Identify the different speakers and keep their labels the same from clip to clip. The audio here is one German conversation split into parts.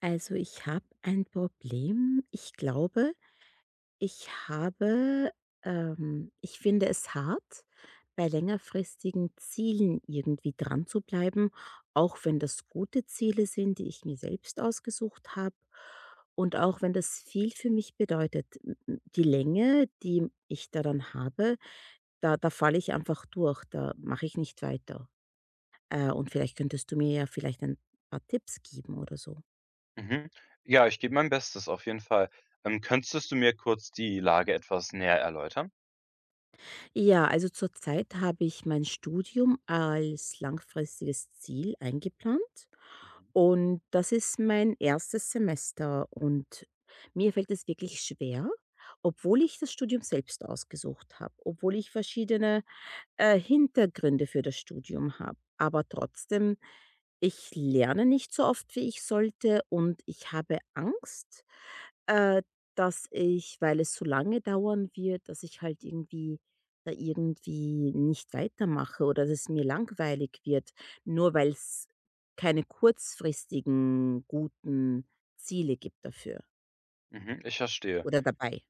Speaker 1: Also, ich habe ein Problem. Ich glaube, ich habe ich finde es hart, bei längerfristigen Zielen irgendwie dran zu bleiben, auch wenn das gute Ziele sind, die ich mir selbst ausgesucht habe und auch wenn das viel für mich bedeutet. M m Die Länge, die ich da dann habe, da falle ich einfach durch, da mache ich nicht weiter. Und vielleicht könntest du mir ja vielleicht ein paar Tipps geben oder so.
Speaker 2: Mhm. Ja, ich gebe mein Bestes, auf jeden Fall. Könntest du mir kurz die Lage etwas näher erläutern?
Speaker 1: Ja, also zurzeit habe ich mein Studium als langfristiges Ziel eingeplant
Speaker 2: Mhm.
Speaker 1: und das ist mein erstes Semester und mir fällt es wirklich schwer, obwohl ich das Studium selbst ausgesucht habe, obwohl ich verschiedene Hintergründe für das Studium habe, aber trotzdem, ich lerne nicht so oft, wie ich sollte, und ich habe Angst, äh, dass ich, weil es so lange dauern wird, dass ich halt irgendwie da irgendwie nicht weitermache oder dass es mir langweilig wird, nur weil es keine kurzfristigen guten Ziele gibt dafür
Speaker 2: Mhm, ich verstehe.
Speaker 1: oder dabei.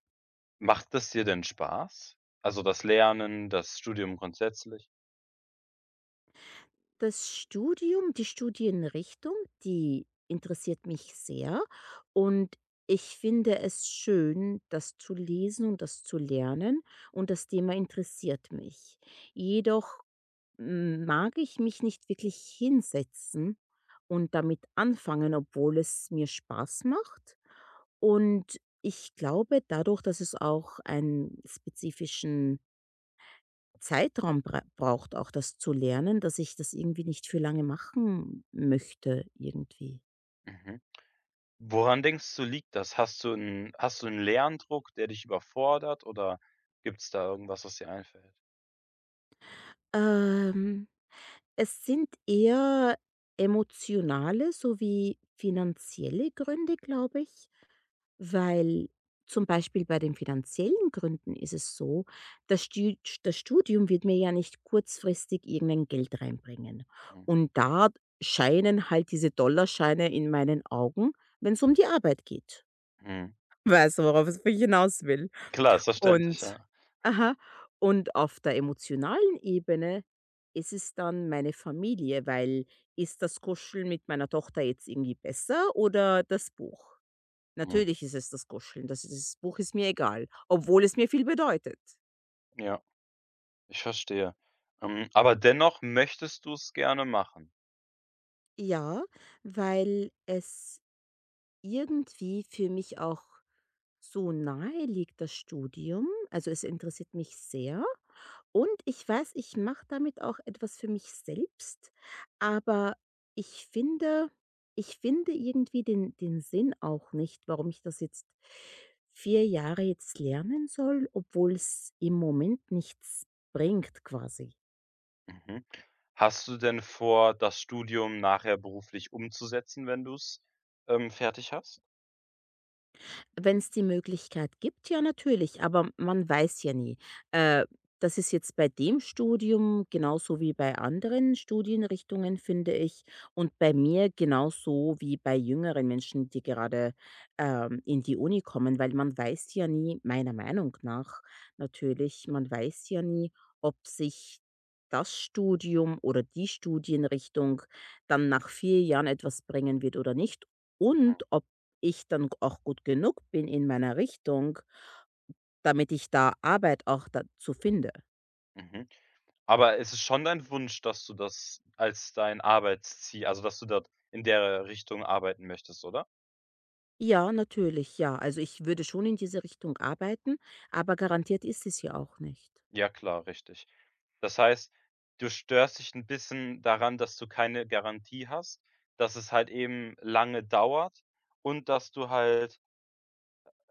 Speaker 2: Macht es dir denn Spaß? Also das Lernen, das Studium grundsätzlich?
Speaker 1: Das Studium, die Studienrichtung, die interessiert mich sehr und ich finde es schön, das zu lesen und das zu lernen, und das Thema interessiert mich. Jedoch m mag ich mich nicht wirklich hinsetzen und damit anfangen, obwohl es mir Spaß macht. Und ich glaube, dadurch, dass es auch einen spezifischen Zeitraum braucht, auch das zu lernen, dass ich das irgendwie nicht für lange machen möchte irgendwie.
Speaker 2: Mhm. Woran denkst du, liegt das? Hast du 'n Lerndruck, der dich überfordert, oder gibt es da irgendwas, was dir einfällt?
Speaker 1: Ähm, es sind eher emotionale sowie finanzielle Gründe, glaube ich. Weil zum Beispiel bei den finanziellen Gründen ist es so, das Stü das Studium wird mir ja nicht kurzfristig irgendein Geld reinbringen.
Speaker 2: Mhm.
Speaker 1: Und da scheinen halt diese Dollarscheine in meinen Augen, wenn es um die Arbeit geht.
Speaker 2: Mhm.
Speaker 1: Weißt du, worauf es ich hinaus will?
Speaker 2: Klar, ist verständlich,
Speaker 1: Und
Speaker 2: ja.
Speaker 1: aha, und auf der emotionalen Ebene ist es dann meine Familie, weil: Ist das Kuscheln mit meiner Tochter jetzt irgendwie besser oder das Buch?
Speaker 2: Mhm.
Speaker 1: Natürlich ist es das Kuscheln. Das Buch ist mir egal, obwohl es mir viel bedeutet.
Speaker 2: Ja, ich verstehe. Aber dennoch möchtest du es gerne machen?
Speaker 1: Ja, weil es irgendwie für mich auch so nahe liegt, das Studium. Also, es interessiert mich sehr und ich weiß, ich mache damit auch etwas für mich selbst, aber ich finde ich finde irgendwie den Sinn auch nicht, warum ich das jetzt 4 Jahre jetzt lernen soll, obwohl es im Moment nichts bringt quasi.
Speaker 2: Mhm. Hast du denn vor, das Studium nachher beruflich umzusetzen, wenn du's fertig hast?
Speaker 1: Wenn es die Möglichkeit gibt, ja natürlich, aber man weiß ja nie. Äh, das ist jetzt bei dem Studium genauso wie bei anderen Studienrichtungen, finde ich, und bei mir genauso wie bei jüngeren Menschen, die gerade, in die Uni kommen, weil man weiß ja nie meiner Meinung nach, natürlich, man weiß ja nie, ob sich das Studium oder die Studienrichtung dann nach 4 Jahren etwas bringen wird oder nicht,
Speaker 2: Mhm,
Speaker 1: und ob ich dann auch gut genug bin in meiner Richtung, damit ich da Arbeit auch dazu finde.
Speaker 2: mhm. Aber es ist es schon dein Wunsch, dass du das als dein Arbeitsziel, also dass du dort in der Richtung arbeiten möchtest, oder?
Speaker 1: Ja, natürlich, ja. Also, ich würde schon in diese Richtung arbeiten, aber garantiert ist es ja auch nicht.
Speaker 2: Ja klar, richtig. Das heißt, du störst dich ein bisschen daran, dass du keine Garantie hast, dass es halt eben lange dauert und dass du halt,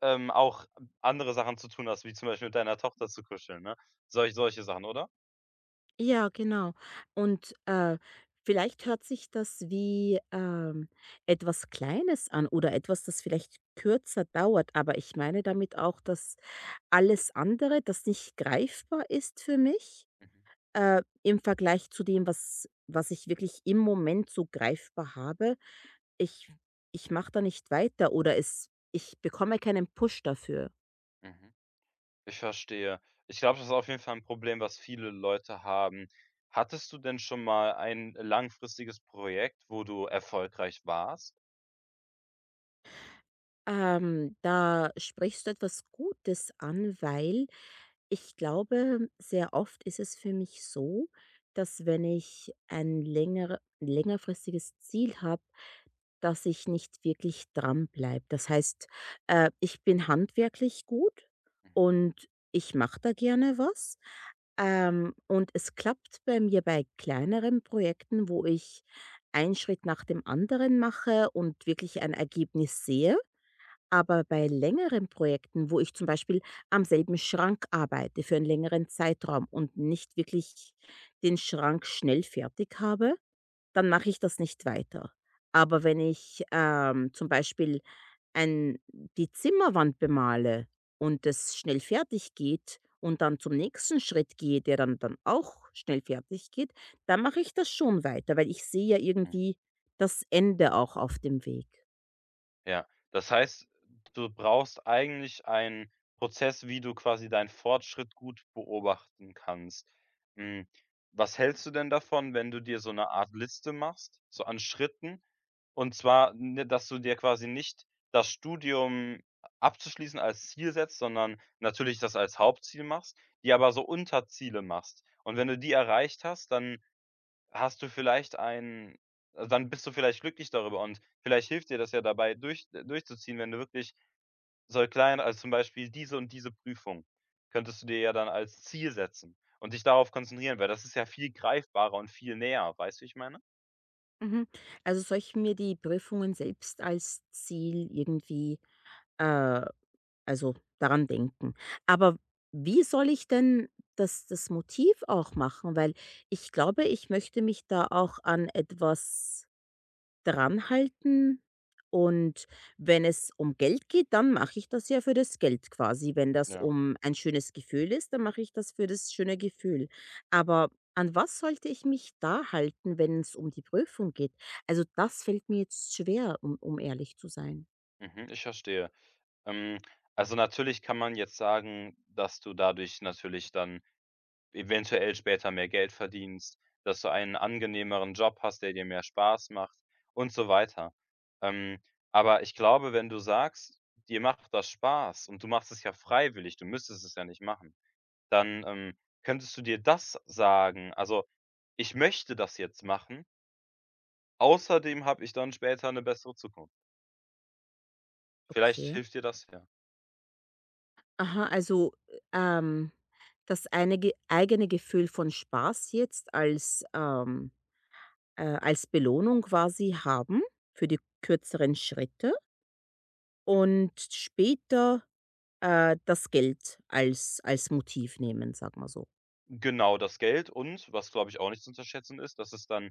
Speaker 2: ähm, auch andere Sachen zu tun hast, wie zum Beispiel mit deiner Tochter zu kuscheln, ne? Solche Sachen, oder?
Speaker 1: Ja, genau. Und, vielleicht hört sich das wie, etwas Kleines an oder etwas, das vielleicht kürzer dauert, aber ich meine damit auch, dass alles andere, das nicht greifbar ist für mich,
Speaker 2: Mhm,
Speaker 1: Im Vergleich zu dem, was ich wirklich im Moment so greifbar habe, ich ich mache da nicht weiter oder es ich bekomme keinen Push dafür.
Speaker 2: mhm. Ich verstehe. Ich glaube, das ist auf jeden Fall ein Problem, was viele Leute haben. Hattest du denn schon mal ein langfristiges Projekt, wo du erfolgreich warst?
Speaker 1: Da sprichst du etwas Gutes an, weil ich glaube, sehr oft ist es für mich so, dass, wenn ich ein längerfristiges Ziel habe, dass ich nicht wirklich dranbleibe. Das heißt, ich bin handwerklich gut und ich mache da gerne was. Und es klappt bei mir bei kleineren Projekten, wo ich einen Schritt nach dem anderen mache und wirklich ein Ergebnis sehe. Aber bei längeren Projekten, wo ich zum Beispiel am selben Schrank arbeite für einen längeren Zeitraum und nicht wirklich den Schrank schnell fertig habe, dann mache ich das nicht weiter. Aber wenn ich, zum Beispiel ein die Zimmerwand bemale und es schnell fertig geht und dann zum nächsten Schritt gehe, der dann auch schnell fertig geht, dann mache ich das schon weiter, weil ich sehe ja
Speaker 2: Mhm.
Speaker 1: irgendwie das Ende auch auf dem Weg.
Speaker 2: Ja, das heißt, du brauchst eigentlich einen Prozess, wie du quasi deinen Fortschritt gut beobachten kannst. Hm, Was hältst du denn davon, wenn du dir so eine Art Liste machst, so an Schritten? Und zwar, ne, dass du dir quasi nicht das Studium abzuschließen als Ziel setzt, sondern natürlich das als Hauptziel machst, die aber so Unterziele machst. Und wenn du die erreicht hast, dann Hast du vielleicht ein also, dann bist du vielleicht glücklich darüber, und vielleicht hilft dir das ja dabei, durchzuziehen, wenn du wirklich so klein also, zum Beispiel diese und diese Prüfung könntest du dir ja dann als Ziel setzen und dich darauf konzentrieren, weil das ist ja viel greifbarer und viel näher. Weißt du, wie ich meine?
Speaker 1: Mhm. Also, soll ich mir die Prüfungen selbst als Ziel irgendwie, äh also, daran denken? Aber wie soll ich denn das Motiv auch machen? Weil ich glaube, ich möchte mich da auch an etwas dranhalten, und wenn es um Geld geht, dann mache ich das ja für das Geld quasi. Wenn das
Speaker 2: Ja.
Speaker 1: um ein schönes Gefühl ist, dann mache ich das für das schöne Gefühl. Aber an was sollte ich mich da halten, wenn es um die Prüfung geht? Also, das fällt mir jetzt schwer, um ehrlich zu sein.
Speaker 2: Mhm, ich verstehe. Ähm, also, natürlich kann man jetzt sagen, dass du dadurch natürlich dann eventuell später mehr Geld verdienst, dass du einen angenehmeren Job hast, der dir mehr Spaß macht, und so weiter. Ähm, aber ich glaube, wenn du sagst, dir macht das Spaß und du machst es ja freiwillig, du müsstest es ja nicht machen, dann könntest du dir das sagen, also: „Ich möchte das jetzt machen, außerdem habe ich dann später eine bessere Zukunft.“ Vielleicht
Speaker 1: Okay.
Speaker 2: hilft dir das ja.
Speaker 1: Aha, also, ähm, das eine ge eigene Gefühl von Spaß jetzt als, als Belohnung quasi haben für die kürzeren Schritte und später, das Geld als Motiv nehmen, sag mal so.
Speaker 2: Genau, das Geld, und was, glaube ich, auch nicht zu unterschätzen ist, dass es dann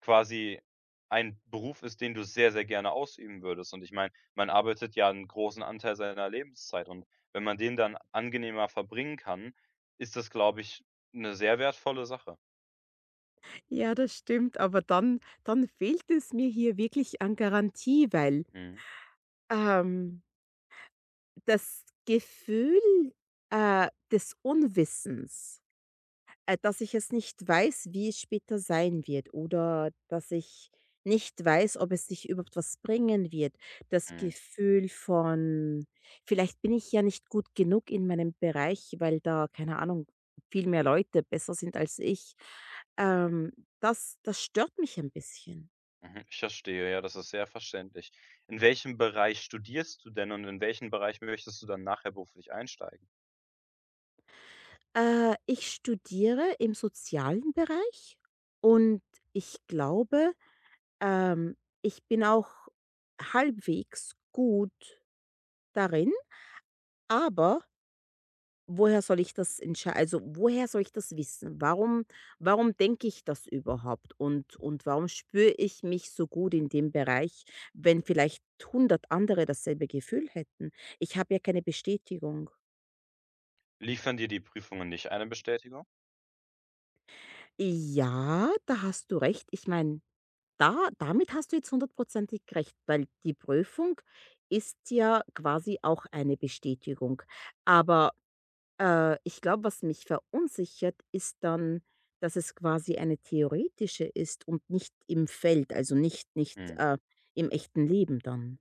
Speaker 2: quasi ein Beruf ist, den du sehr, sehr gerne ausüben würdest. Und ich meine, man arbeitet ja einen großen Anteil seiner Lebenszeit, und wenn man den dann angenehmer verbringen kann, ist das, glaube ich, 'ne sehr wertvolle Sache.
Speaker 1: Ja, das stimmt, aber dann fehlt es mir hier wirklich an Garantie, weil,
Speaker 2: Mhm,
Speaker 1: ähm, das Gefühl, des Unwissens. Dass ich es nicht weiß, wie es später sein wird oder dass ich nicht weiß, ob es sich überhaupt was bringen wird. Das
Speaker 2: mhm,
Speaker 1: Gefühl von: „Vielleicht bin ich ja nicht gut genug in meinem Bereich, weil da, keine Ahnung, viel mehr Leute besser sind als ich.“ Ähm, das stört mich ein bisschen.
Speaker 2: mhm. Ich verstehe, ja, das ist sehr verständlich. In welchem Bereich studierst du denn, und in welchen Bereich möchtest du dann nachher beruflich einsteigen?
Speaker 1: Ich studiere im sozialen Bereich und ich glaube, ähm, ich bin auch halbwegs gut darin. Aber woher soll ich das entscheiden? Also, woher soll ich das wissen? Warum denke ich das überhaupt, und warum spüre ich mich so gut in dem Bereich, wenn vielleicht 100 andere dasselbe Gefühl hätten? Ich habe ja keine Bestätigung.
Speaker 2: Liefern dir die Prüfungen nicht eine Bestätigung?
Speaker 1: Ja, da hast du recht. Ich meine, da damit hast du jetzt hundertprozentig recht, weil die Prüfung ist ja quasi auch eine Bestätigung. Aber ich glaube, was mich verunsichert, ist dann, dass es quasi eine theoretische ist und nicht im Feld, also nicht nicht,
Speaker 2: Mhm.
Speaker 1: äh, im echten Leben dann.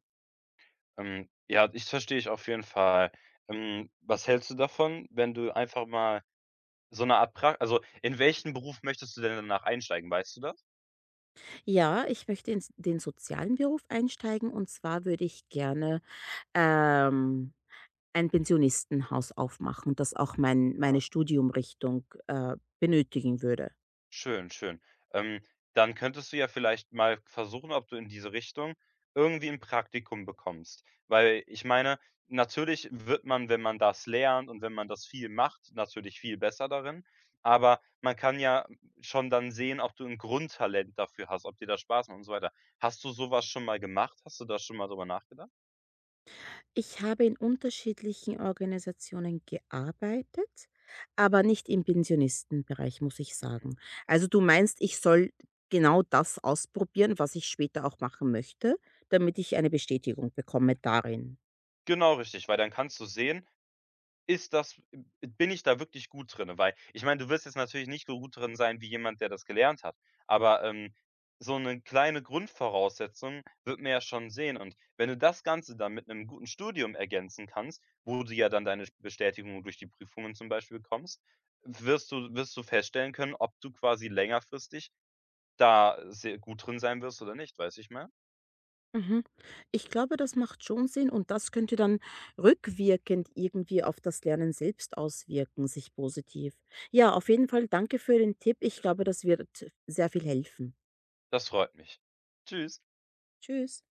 Speaker 2: Ja, ich verstehe ich auf jeden Fall. Was hältst du davon, wenn du einfach mal so eine Art Pra also, in welchen Beruf möchtest du denn danach einsteigen, weißt du das?
Speaker 1: Ja, ich möchte in s den sozialen Beruf einsteigen, und zwar würde ich gerne, ähm, ein Pensionistenhaus aufmachen, das auch meine Studiumrichtung, benötigen würde.
Speaker 2: Schön, schön. Ähm, Dann könntest du ja vielleicht mal versuchen, ob du in diese Richtung irgendwie ein Praktikum bekommst. Weil ich meine, natürlich wird man, wenn man das lernt und wenn man das viel macht, natürlich viel besser darin, aber, man kann ja schon dann sehen, ob du ein Grundtalent dafür hast, ob dir das Spaß macht und so weiter. Hast du sowas schon mal gemacht? Hast du da schon mal drüber nachgedacht?
Speaker 1: Ich habe in unterschiedlichen Organisationen gearbeitet, aber nicht im Pensionistenbereich, muss ich
Speaker 2: Mhm.
Speaker 1: sagen. Also du meinst, ich soll genau das ausprobieren, was ich später auch machen möchte, damit ich eine Bestätigung bekomme darin?
Speaker 2: Genau, richtig, weil dann kannst du sehen, Ist das bin ich da wirklich gut drin, Weil ich meine, du wirst jetzt natürlich nicht so gut drin sein wie jemand, der das gelernt hat, aber so eine kleine Grundvoraussetzung wird man ja schon sehen, und wenn du das Ganze dann mit einem guten Studium ergänzen kannst, wo du ja dann deine Bestätigung durch die Prüfungen zum Beispiel bekommst, wirst du feststellen können, ob du quasi längerfristig da sehr gut drin sein wirst oder nicht, weiß ich mal.
Speaker 1: Mhm. Ich glaube, das macht schon Sinn und das könnte dann rückwirkend irgendwie auf das Lernen selbst auswirken, sich positiv. Ja, auf jeden Fall danke für den Tipp. Ich glaube, das wird sehr viel helfen.
Speaker 2: Das freut mich. Tschüss.
Speaker 1: Tschüss.